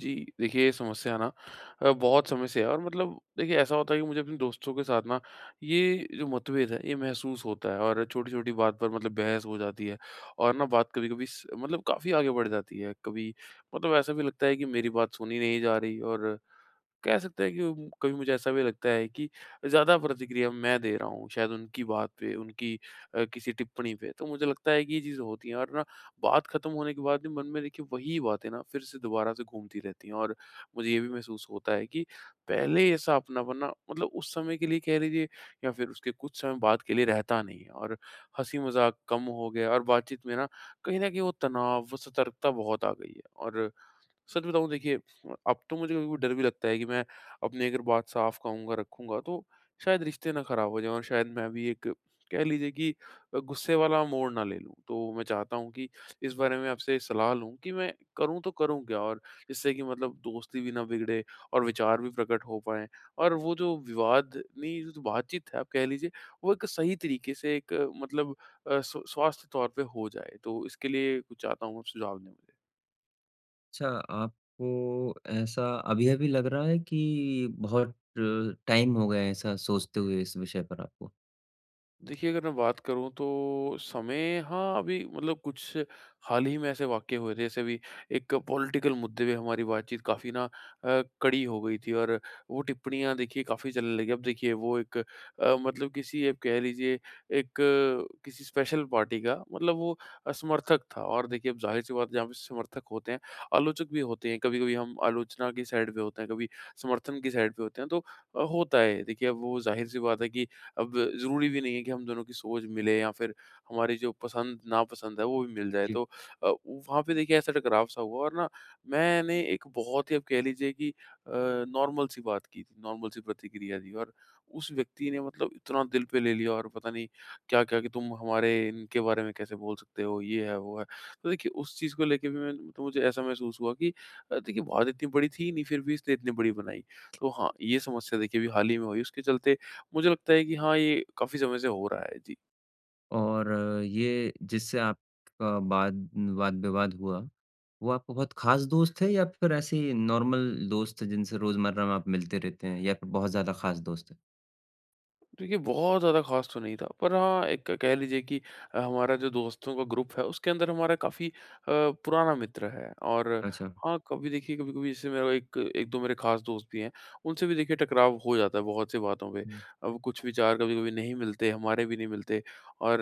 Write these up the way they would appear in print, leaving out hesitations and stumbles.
जी, देखिए ये समस्या ना बहुत समय से है। और मतलब देखिए ऐसा होता है कि मुझे अपने दोस्तों के साथ ना ये जो मतभेद है ये महसूस होता है और छोटी-छोटी बात पर मतलब बहस हो जाती है। और ना बात कभी-कभी स मतलब काफ़ी आगे बढ़ जाती है। कभी मतलब ऐसा भी लगता है कि मेरी बात सुनी नहीं जा रही। और कह सकते हैं कि कभी मुझे ऐसा भी लगता है कि ज़्यादा प्रतिक्रिया मैं दे रहा हूँ, शायद उनकी बात पे, उनकी किसी टिप्पणी पे। तो मुझे लगता है कि ये चीज़ें होती हैं। और ना बात खत्म होने के बाद भी मन में देखिए वही बातें ना फिर से दोबारा से घूमती रहती हैं। और मुझे ये भी महसूस होता है कि पहले ऐसा अपनापन ना मतलब उस समय के लिए कह लीजिए या फिर उसके कुछ समय बाद के लिए रहता नहीं है। और हँसी-मज़ाक कम हो गया। और बातचीत में ना कहीं न कहीं वो तनाव, वो सतर्कता बहुत आ गई है। और सच बताऊँ देखिए अब तो मुझे कभी-कभी डर भी लगता है कि मैं अपनी अगर बात साफ कहूँगा, रखूँगा तो शायद रिश्ते ना खराब हो जाएँ, और शायद मैं भी एक कह लीजिए कि गुस्से वाला मोड़ ना ले लूँ। तो मैं चाहता हूँ कि इस बारे में आपसे सलाह लूँ कि मैं करूँ तो करूँ क्या? और जिससे कि मतलब दोस्ती भी ना बिगड़े और विचार भी प्रकट हो पाएँ, और वो जो विवाद नहीं जो तो बातचीत है आप कह लीजिए, वो एक सही तरीके से एक मतलब स्वास्थ्य तौर पे हो जाए। तो इसके लिए कुछ चाहता हूँ आप सुझाव दें मुझे। अच्छा, आपको ऐसा अभी-अभी लग रहा है कि बहुत टाइम हो गया है ऐसा सोचते हुए इस विषय पर आपको? देखिए, अगर मैं बात करूँ तो समय हाँ, अभी मतलब कुछ हाल ही में ऐसे वाक़ये हुए थे। जैसे अभी एक पॉलिटिकल मुद्दे पे हमारी बातचीत काफ़ी ना कड़ी हो गई थी। और वो टिप्पणियाँ देखिए काफ़ी चलने लगी। अब देखिए वो एक मतलब किसी आप कह लीजिए एक किसी स्पेशल पार्टी का मतलब वो समर्थक था। और देखिए अब ज़ाहिर-सी बात है, जहाँ पे समर्थक होते हैं, आलोचक भी होते हैं। कभी-कभी हम आलोचना की साइड पे होते हैं, कभी समर्थन की साइड पे होते हैं, तो होता है। देखिए अब वो ज़ाहिर-सी बात है कि अब ज़रूरी भी नहीं है कि हम दोनों की सोच मिले, या फिर हमारी जो पसंद नापसंद है वो भी मिल जाए। जी। तो वहाँ पे देखिए ऐसा टकराव सा हुआ। और ना मैंने एक बहुत ही आप कह लीजिए कि नॉर्मल सी बात की थी, नॉर्मल सी प्रतिक्रिया दी, और उस व्यक्ति ने मतलब इतना दिल पे ले लिया और पता नहीं क्या-क्या कि तुम हमारे इनके बारे में कैसे बोल सकते हो, ये है, वो है। तो देखिए उस चीज़ को लेके भी मैं तो मुझे ऐसा महसूस हुआ कि देखिए बात इतनी बड़ी थी नहीं, फिर भी इसने इतनी बड़ी बनाई। तो हाँ, ये समस्या देखिए अभी हाल ही में हुई, उसके चलते मुझे लगता है कि हाँ, ये काफ़ी समय से हो रहा है। जी। और ये जिससे आपका वाद-विवाद हुआ, वो आपका बहुत ख़ास दोस्त है या फिर ऐसे ही नॉर्मल दोस्त हैं जिनसे रोज़मर्रा में आप मिलते रहते हैं, या फिर बहुत ज़्यादा ख़ास दोस्त हैं? देखिए, बहुत ज़्यादा ख़ास तो नहीं था, पर हाँ, एक कह लीजिए कि हमारा जो दोस्तों का ग्रुप है, उसके अंदर हमारा काफ़ी पुराना मित्र है। और अच्छा। हाँ, कभी देखिए, कभी-कभी जैसे मेरा एक 1-2 मेरे ख़ास दोस्त भी हैं, उनसे भी देखिए टकराव हो जाता है बहुत सी बातों पे। अब कुछ विचार कभी-कभी नहीं मिलते, हमारे भी नहीं मिलते और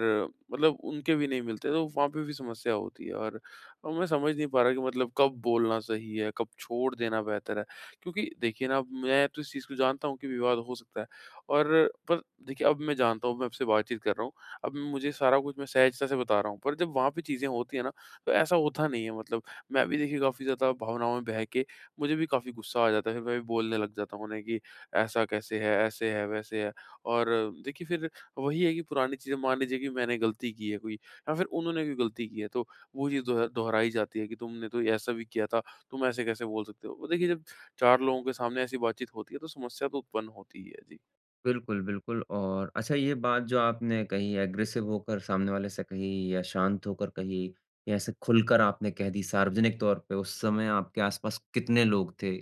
मतलब उनके भी नहीं मिलते, तो वहाँ पे भी समस्या होती है। और मैं समझ नहीं पा रहा कि मतलब कब बोलना सही है, कब छोड़ देना बेहतर है। क्योंकि देखिए ना, अब मैं तो इस चीज़ को जानता हूँ कि विवाद हो सकता है। और पर देखिए अब मैं जानता हूँ मैं आपसे बातचीत कर रहा हूँ, अब मुझे सारा कुछ मैं सहजता से बता रहा हूँ, पर जब वहाँ पे चीज़ें होती हैं ना, तो ऐसा होता नहीं है। मतलब मैं भी देखिए काफ़ी ज़्यादा भावनाओं में बह के मुझे भी काफ़ी गुस्सा आ जाता है, फिर मैं भी बोलने लग जाता हूँ उन्हें कि ऐसा कैसे है, ऐसे है, वैसे है। और देखिए फिर वही है कि पुरानी चीज़ें, मान लीजिए कि मैंने गलती की है कोई या फिर उन्होंने कोई गलती की है, तो वो चीज़ दोहराई जाती है कि तुमने तो ऐसा भी किया था, तुम ऐसे कैसे बोल सकते हो? वो देखिए जब 4 लोगों के सामने ऐसी बातचीत होती है, तो समस्या तो उत्पन्न होती ही है। जी। बिल्कुल, बिल्कुल। और अच्छा, ये बात जो आपने कही, एग्रेसिव होकर सामने वाले से कही या शांत होकर कही, या ऐसे खुलकर आपने कह दी सार्वजनिक तौर पे? उस समय आपके आस-पास कितने लोग थे?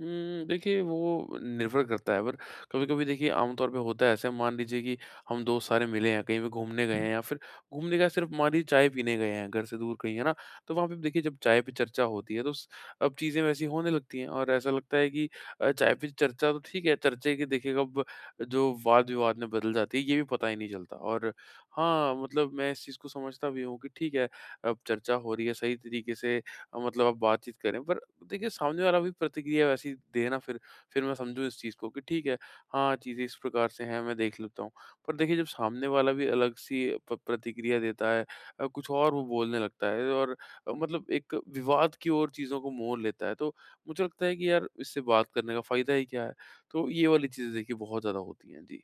हुँ, देखिए वो निर्भर करता है, पर कभी-कभी देखिए आमतौर पे होता है ऐसे मान लीजिए कि हम दोस्त सारे मिले हैं, कहीं पे घूमने गए हैं या फिर घूमने क्या, सिर्फ़ मान लीजिए चाय पीने गए हैं घर से दूर कहीं, है ना? तो वहाँ पे देखिए जब चाय पे चर्चा होती है तो स अब चीज़ें वैसी होने लगती हैं। और ऐसा लगता है कि चाय पे चर्चा तो ठीक है, चर्चे की देखिए कब जो वाद-विवाद में बदल जाती है ये भी पता ही नहीं चलता। और हाँ, मतलब मैं इस चीज़ को समझता भी हूँ कि ठीक है, अब चर्चा हो रही है सही तरीके से मतलब आप बातचीत करें, पर देखिए सामने वाला भी प्रतिक्रिया वैसी दे ना फिर मैं समझूँ इस चीज़ को कि ठीक है, हाँ, चीज़ें इस प्रकार से हैं, मैं देख लेता हूँ। पर देखिए जब सामने वाला भी अलग-सी प प्रतिक्रिया देता है, कुछ और वो बोलने लगता है, और मतलब एक विवाद की ओर चीज़ों को मोड़ लेता है, तो मुझे लगता है कि यार इससे बात करने का फ़ायदा ही क्या है? तो ये वाली चीज़ें देखिए बहुत ज़्यादा होती हैं। जी।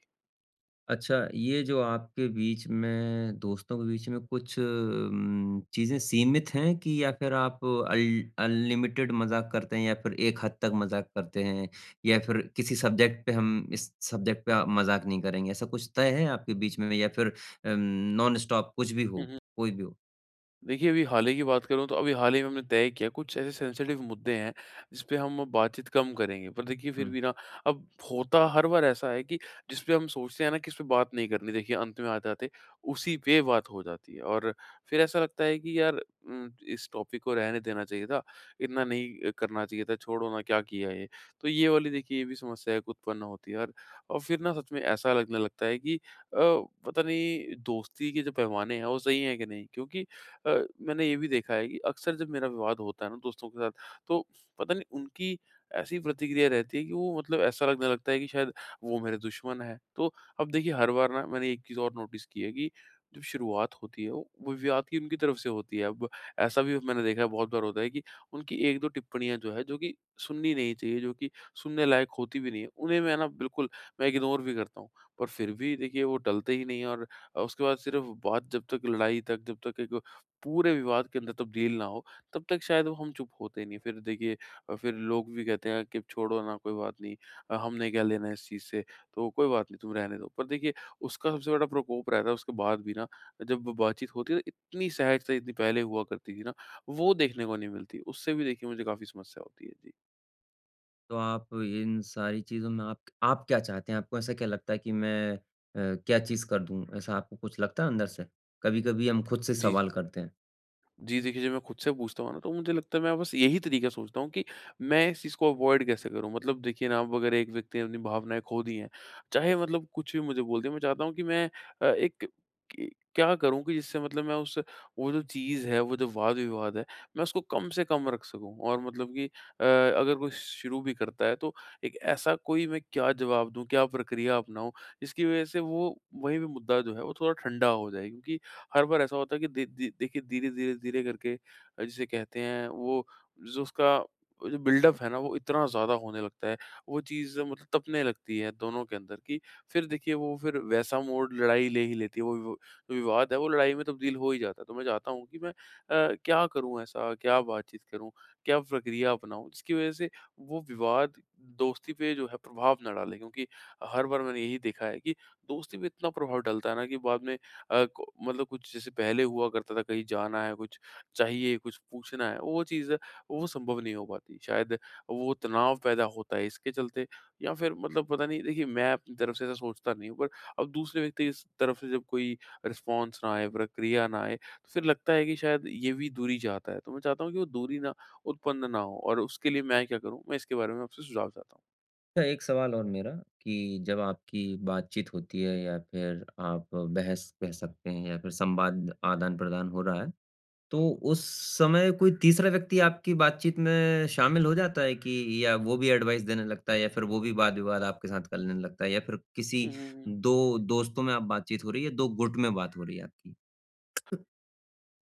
अच्छा, ये जो आपके बीच में, दोस्तों के बीच में कुछ चीज़ें सीमित हैं, कि या फिर आप अल अनलिमिटेड मज़ाक करते हैं या फिर एक हद तक मज़ाक करते हैं? या फिर किसी सब्जेक्ट पे, हम इस सब्जेक्ट पे मज़ाक नहीं करेंगे, ऐसा कुछ तय है आपके बीच में, या फिर अम, नॉन स्टॉप कुछ भी हो, कोई भी हो? देखिए, अभी हाल ही की बात करूँ तो अभी हाल ही में हमने तय किया कुछ ऐसे सेंसिटिव मुद्दे हैं, जिस पे हम बातचीत कम करेंगे। पर देखिए फिर हुँ। भी ना अब होता हर बार ऐसा है कि जिस पे हम सोचते हैं ना कि इस पे बात नहीं करनी, देखिए अंत में आते-आते उसी पे बात हो जाती है। और फिर ऐसा लगता है कि यार इस टॉपिक को रहने देना चाहिए था, इतना नहीं करना चाहिए था, छोड़ो ना क्या किया ये। तो ये वाली देखिए ये भी समस्या एक उत्पन्न होती है। और फिर ना सच में ऐसा लगने लगता है कि पता नहीं दोस्ती के जो पैमाने हैं वो सही हैं कि नहीं? क्योंकि अ, मैंने ये भी देखा है कि अक्सर जब मेरा विवाद होता है ना दोस्तों के साथ, तो पता नहीं उनकी ऐसी प्रतिक्रिया रहती है कि वो मतलब ऐसा लगने लगता है कि शायद वो मेरे दुश्मन हैं। तो अब देखिए हर बार ना मैंने एक चीज़ और नोटिस की है कि जब शुरुआत होती है, वो विवाद की उनकी तरफ से होती है। अब ऐसा भी मैंने देखा है बहुत बार होता है कि उनकी 1-2 टिप्पणियाँ जो है, जो कि सुननी नहीं चाहिए, जो कि सुनने लायक होती भी नहीं है, उन्हें मैं ना बिल्कुल मैं इग्नोर भी करता हूँ। पर फिर भी देखिए वो टलते ही नहीं हैं। और उसके बाद सिर्फ़ बात जब तक लड़ाई तक, जब तक एक पूरे विवाद के अंदर तब्दील ना हो, तब तक शायद वो हम चुप होते नहीं। फिर देखिए फिर लोग भी कहते हैं कि छोड़ो ना, कोई बात नहीं, हमने क्या लेना है इस चीज़ से, तो कोई बात नहीं, तुम रहने दो। पर देखिए उसका सबसे बड़ा प्रकोप रहता है उसके बाद भी ना, जब बातचीत होती है तो इतनी सहजता इतनी पहले हुआ करती थी ना, वो देखने को नहीं मिलती। उससे भी देखिए मुझे काफ़ी समस्या होती है। जी। तो आप इन सारी चीज़ों में आप क्या चाहते हैं? आपको ऐसा क्या लगता है कि मैं क्या चीज़ कर दूँ? ऐसा आपको कुछ लगता है अंदर से? कभी-कभी हम खुद से जी। सवाल करते हैं। जी, देखिए जब मैं खुद से पूछता हूँ ना तो मुझे लगता है मैं बस यही तरीका सोचता हूँ कि मैं इस चीज़ को अवॉइड कैसे करूँ। मतलब देखिए ना अब अगर एक व्यक्ति ने अपनी भावनाएँ खो दी हैं, चाहे मतलब कुछ भी मुझे बोल दिया, मैं चाहता हूँ कि मैं एक कि क्या करूँ कि जिससे मतलब मैं उस वो जो चीज़ है, वो जो वाद-विवाद है, मैं उसको कम से कम रख सकूँ। और मतलब कि अगर कोई शुरू भी करता है तो एक ऐसा कोई मैं क्या जवाब दूँ, क्या प्रक्रिया अपनाऊँ, जिसकी वजह से वो वही भी मुद्दा जो है वो थोड़ा ठंडा हो जाए। क्योंकि हर बार ऐसा होता है कि दे दे देखिए धीरे-धीरे-धीरे करके जिसे कहते हैं वो जो उसका वो जो बिल्डअप है ना वो इतना ज़्यादा होने लगता है, वो चीज़ मतलब तपने लगती है दोनों के अंदर कि फिर देखिए वो फिर वैसा मोड़ लड़ाई ले ही लेती है, वो जो विवाद है वो लड़ाई में तब्दील हो ही जाता है। तो मैं चाहता हूँ कि मैं क्या करूँ ऐसा? क्या बातचीत करूँ? क्या प्रक्रिया अपनाऊँ? जिसकी वजह से वो विवाद दोस्ती पे जो है प्रभाव ना डाले, क्योंकि हर बार मैंने यही देखा है कि दोस्ती पे इतना प्रभाव डलता है ना कि बाद में को मतलब कुछ जैसे पहले हुआ करता था, कहीं जाना है, कुछ चाहिए, कुछ पूछना है, वो चीज़ वो संभव नहीं हो पाती। शायद वो तनाव पैदा होता है इसके चलते, या फिर मतलब पता नहीं देखिए मैं अपनी तरफ से ऐसा सोचता नहीं हूँ, पर अब दूसरे व्यक्ति की स तरफ से जब कोई रिस्पॉन्स ना आए, प्रतिक्रिया ना आए, तो फिर लगता है कि शायद ये भी दूरी चाहता है। तो मैं चाहता हूँ कि वो दूरी ना उत्पन्न ना हो, और उसके लिए मैं क्या करूँ? मैं इसके बारे में आपसे सुझाव चाहता हूँ। अच्छा, एक सवाल और मेरा, कि जब आपकी बातचीत होती है, या फिर आप बहस कह सकते हैं, या फिर संवाद आदान-प्रदान हो रहा है, तो उस समय कोई तीसरा व्यक्ति आपकी बातचीत में शामिल हो जाता है कि? या वो भी एडवाइस देने लगता है, या फिर वो भी वाद-विवाद आपके साथ करने लगता है, या फिर हुँ, किसी हुँ, हुँ। 2 दोस्तों में आप बातचीत हो रही है, 2 गुट में बात हो रही है आपकी?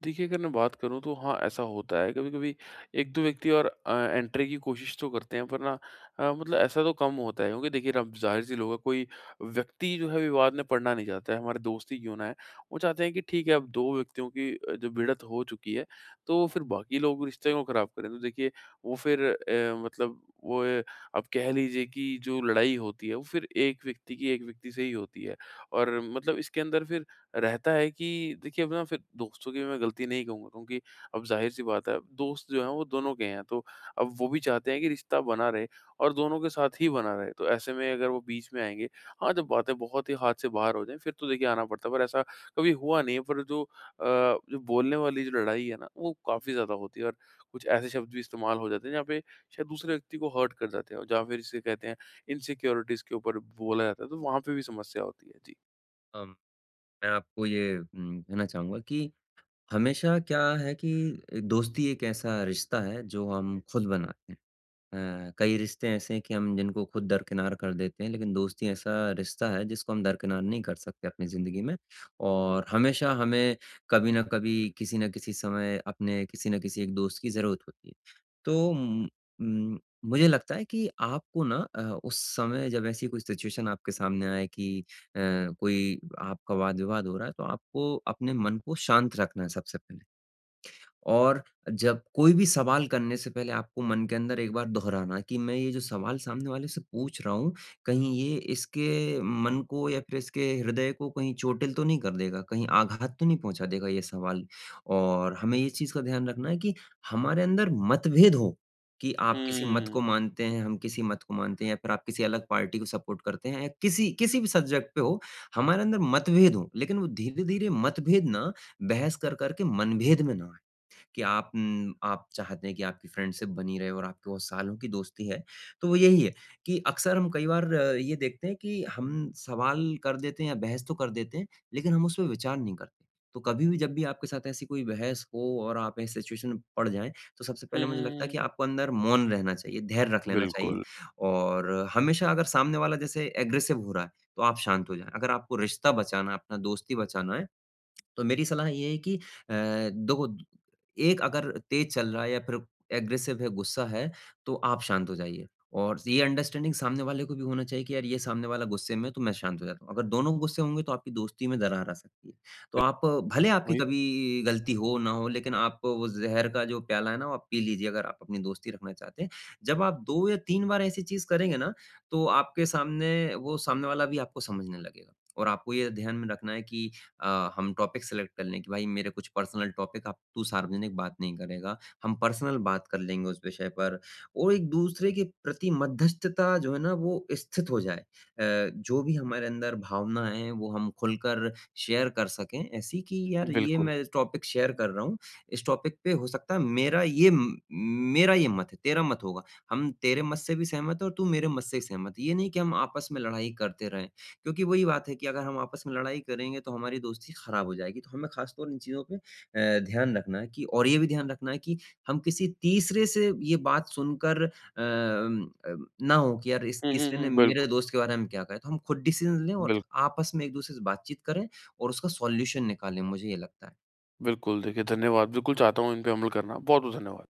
देखिए, अगर मैं बात करूँ तो हाँ, ऐसा होता है। कभी-कभी 1-2 व्यक्ति और एंट्री की कोशिश तो करते हैं, पर ना मतलब ऐसा तो कम होता है, क्योंकि देखिए अब ज़ाहिर-सी लोग है, कोई व्यक्ति जो है विवाद में पड़ना नहीं चाहता है, हमारे दोस्त ही क्यों ना है। वो चाहते हैं कि ठीक है, अब 2 व्यक्तियों की जो भिड़ंत हो चुकी है, तो फिर बाकी लोग रिश्ते क्यों खराब करें। तो देखिए वो फिर मतलब वो आप कह लीजिए कि जो लड़ाई होती है वो फिर एक व्यक्ति की एक व्यक्ति से ही होती है। और मतलब इसके अंदर फिर रहता है कि देखिए अब ना फिर दोस्तों की भी मैं गलती नहीं कहूँगा, क्योंकि अब ज़ाहिर-सी बात है, दोस्त जो हैं वो दोनों के हैं, तो अब वो भी चाहते हैं कि रिश्ता बना रहे, और दोनों के साथ ही बना रहे। तो ऐसे में अगर वो बीच में आएँगे, हाँ, जब बातें बहुत ही हाथ से बाहर हो जाएँ, फिर तो देखिए आना पड़ता है, पर ऐसा कभी हुआ नहीं है। पर जो जो बोलने वाली जो लड़ाई है ना, वो काफ़ी ज़्यादा होती है, और कुछ ऐसे शब्द भी इस्तेमाल हो जाते हैं जहाँ पे शायद दूसरे व्यक्ति को हर्ट कर जाते हैं, और जहाँ फिर जिसे कहते हैं इनसिक्योरिटीज़ के ऊपर बोला जाता है, तो वहाँ पे भी समस्या होती है। जी। अम, मैं आपको ये कहना चाहूँगा कि हमेशा क्या है कि दोस्ती एक ऐसा रिश्ता है जो हम खुद बनाते हैं। अ, कई रिश्ते ऐसे हैं कि हम जिनको खुद दरकिनार कर देते हैं, लेकिन दोस्ती ऐसा रिश्ता है जिसको हम दरकिनार नहीं कर सकते अपनी ज़िंदगी में। और हमेशा हमें कभी न कभी, किसी न किसी समय, अपने किसी न किसी एक दोस्त की ज़रूरत होती है। तो उम, मुझे लगता है कि आपको ना उस समय जब ऐसी कोई सिचुएशन आपके सामने आए, कि अ, कोई आपका वाद-विवाद हो रहा है, तो आपको अपने मन को शांत रखना है सबसे पहले। और जब कोई भी सवाल करने से पहले, आपको मन के अंदर एक बार दोहराना कि मैं ये जो सवाल सामने वाले से पूछ रहा हूँ, कहीं ये इसके मन को या फिर इसके हृदय को कहीं चोटिल तो नहीं कर देगा, कहीं आघात तो नहीं पहुँचा देगा ये सवाल। और हमें ये चीज़ का ध्यान रखना है कि हमारे अंदर मतभेद हो, कि आप किसी मत हुँ। को मानते हैं, हम किसी मत को मानते हैं, या फिर आप किसी अलग पार्टी को सपोर्ट करते हैं, या किसी किसी भी सब्जेक्ट पे हो, हमारे अंदर मतभेद हो, लेकिन वो धीरे-धीरे मतभेद ना बहस कर-कर के मनभेद में ना, कि आप चाहते हैं कि आपकी फ्रेंडशिप बनी रहे। और आपकी वो सालों की दोस्ती है, तो वो यही है कि अक्सर हम कई बार ये देखते हैं कि हम सवाल कर देते हैं या बहस तो कर देते हैं, लेकिन हम उस पे विचार नहीं करते। तो कभी भी जब भी आपके साथ ऐसी कोई बहस हो और आप ऐसी सिचुएशन में पड़ जाएँ, तो सबसे हुँ, पहले मुझे हुँ, लगता है हुँ। कि आपको अंदर मौन रहना चाहिए, धैर्य रख लेना चाहिए। बिल्कुल, और हमेशा अगर सामने वाला जैसे एग्रेसिव हो रहा है, तो आप शांत हो जाएँ। अगर आपको रिश्ता बचाना है, अपना दोस्ती बचाना है, तो मेरी सलाह ये है कि देखो, द एक अगर तेज़ चल रहा है या फिर एग्रेसिव है, गुस्सा है, तो आप शांत हो जाइए। और ये अंडरस्टैंडिंग सामने वाले को भी होना चाहिए कि यार, ये सामने वाला गुस्से में है, तो मैं शांत हो जाता हूँ। अगर दोनों गुस्से होंगे तो आपकी दोस्ती में दरार आ सकती है। तो आप, भले आपकी वही तो। कभी गलती हो, ना हो, लेकिन आप वो ज़हर का जो प्याला है ना, वो आप पी लीजिए, अगर आप अपनी दोस्ती रखना चाहते हैं। जब आप 2 या 3 बार ऐसी चीज़ करेंगे ना, तो आपके सामने वो सामने वाला भी आपको समझने लगेगा। और आपको ये ध्यान में रखना है कि हम टॉपिक सेलेक्ट कर लें, कि भाई, मेरे कुछ पर्सनल टॉपिक आप तू सार्वजनिक बात नहीं करेगा। हम पर्सनल बात कर लेंगे उस विषय पर। और एक-दूसरे के प्रति मध्यस्थता जो है ना, वो स्थित हो जाए। जो भी हमारे अंदर भावना है वो हम खुलकर शेयर कर सकें, ऐसी कि यार, ये बिल्कुल। मैं टॉपिक शेयर कर रहा हूँ, इस टॉपिक पे हो सकता है मेरा ये म मेरा ये मत है, तेरा मत होगा। हम तेरे मत से भी सहमत हैं और तू मेरे मत से सहमत है। ये नहीं कि हम आपस में लड़ाई करते रहें। क्योंकि वही बात है कि अगर हम आपस में लड़ाई करेंगे तो हमारी दोस्ती खराब हो जाएगी। तो हमें ख़ास तौर इन चीज़ों पे ध्यान रखना है, कि और ये भी ध्यान रखना है कि हम किसी तीसरे से ये बात सुनकर अम, ना हो कि यार, इस हुँ, हुँ, तीसरे ने हुँ। मेरे बिल्कुल, दोस्त के बारे में क्या कहा है। तो हम खुद डिसीज़न लें और बिल आपस में एक-दूसरे से बातचीत करें और उसका सॉल्यूशन निकालें, मुझे ये लगता है। बिल्कुल, देखिए धन्यवाद। बिल्कुल चाहता हूँ इन पे अमल करना। बहुत-बहुत धन्यवाद।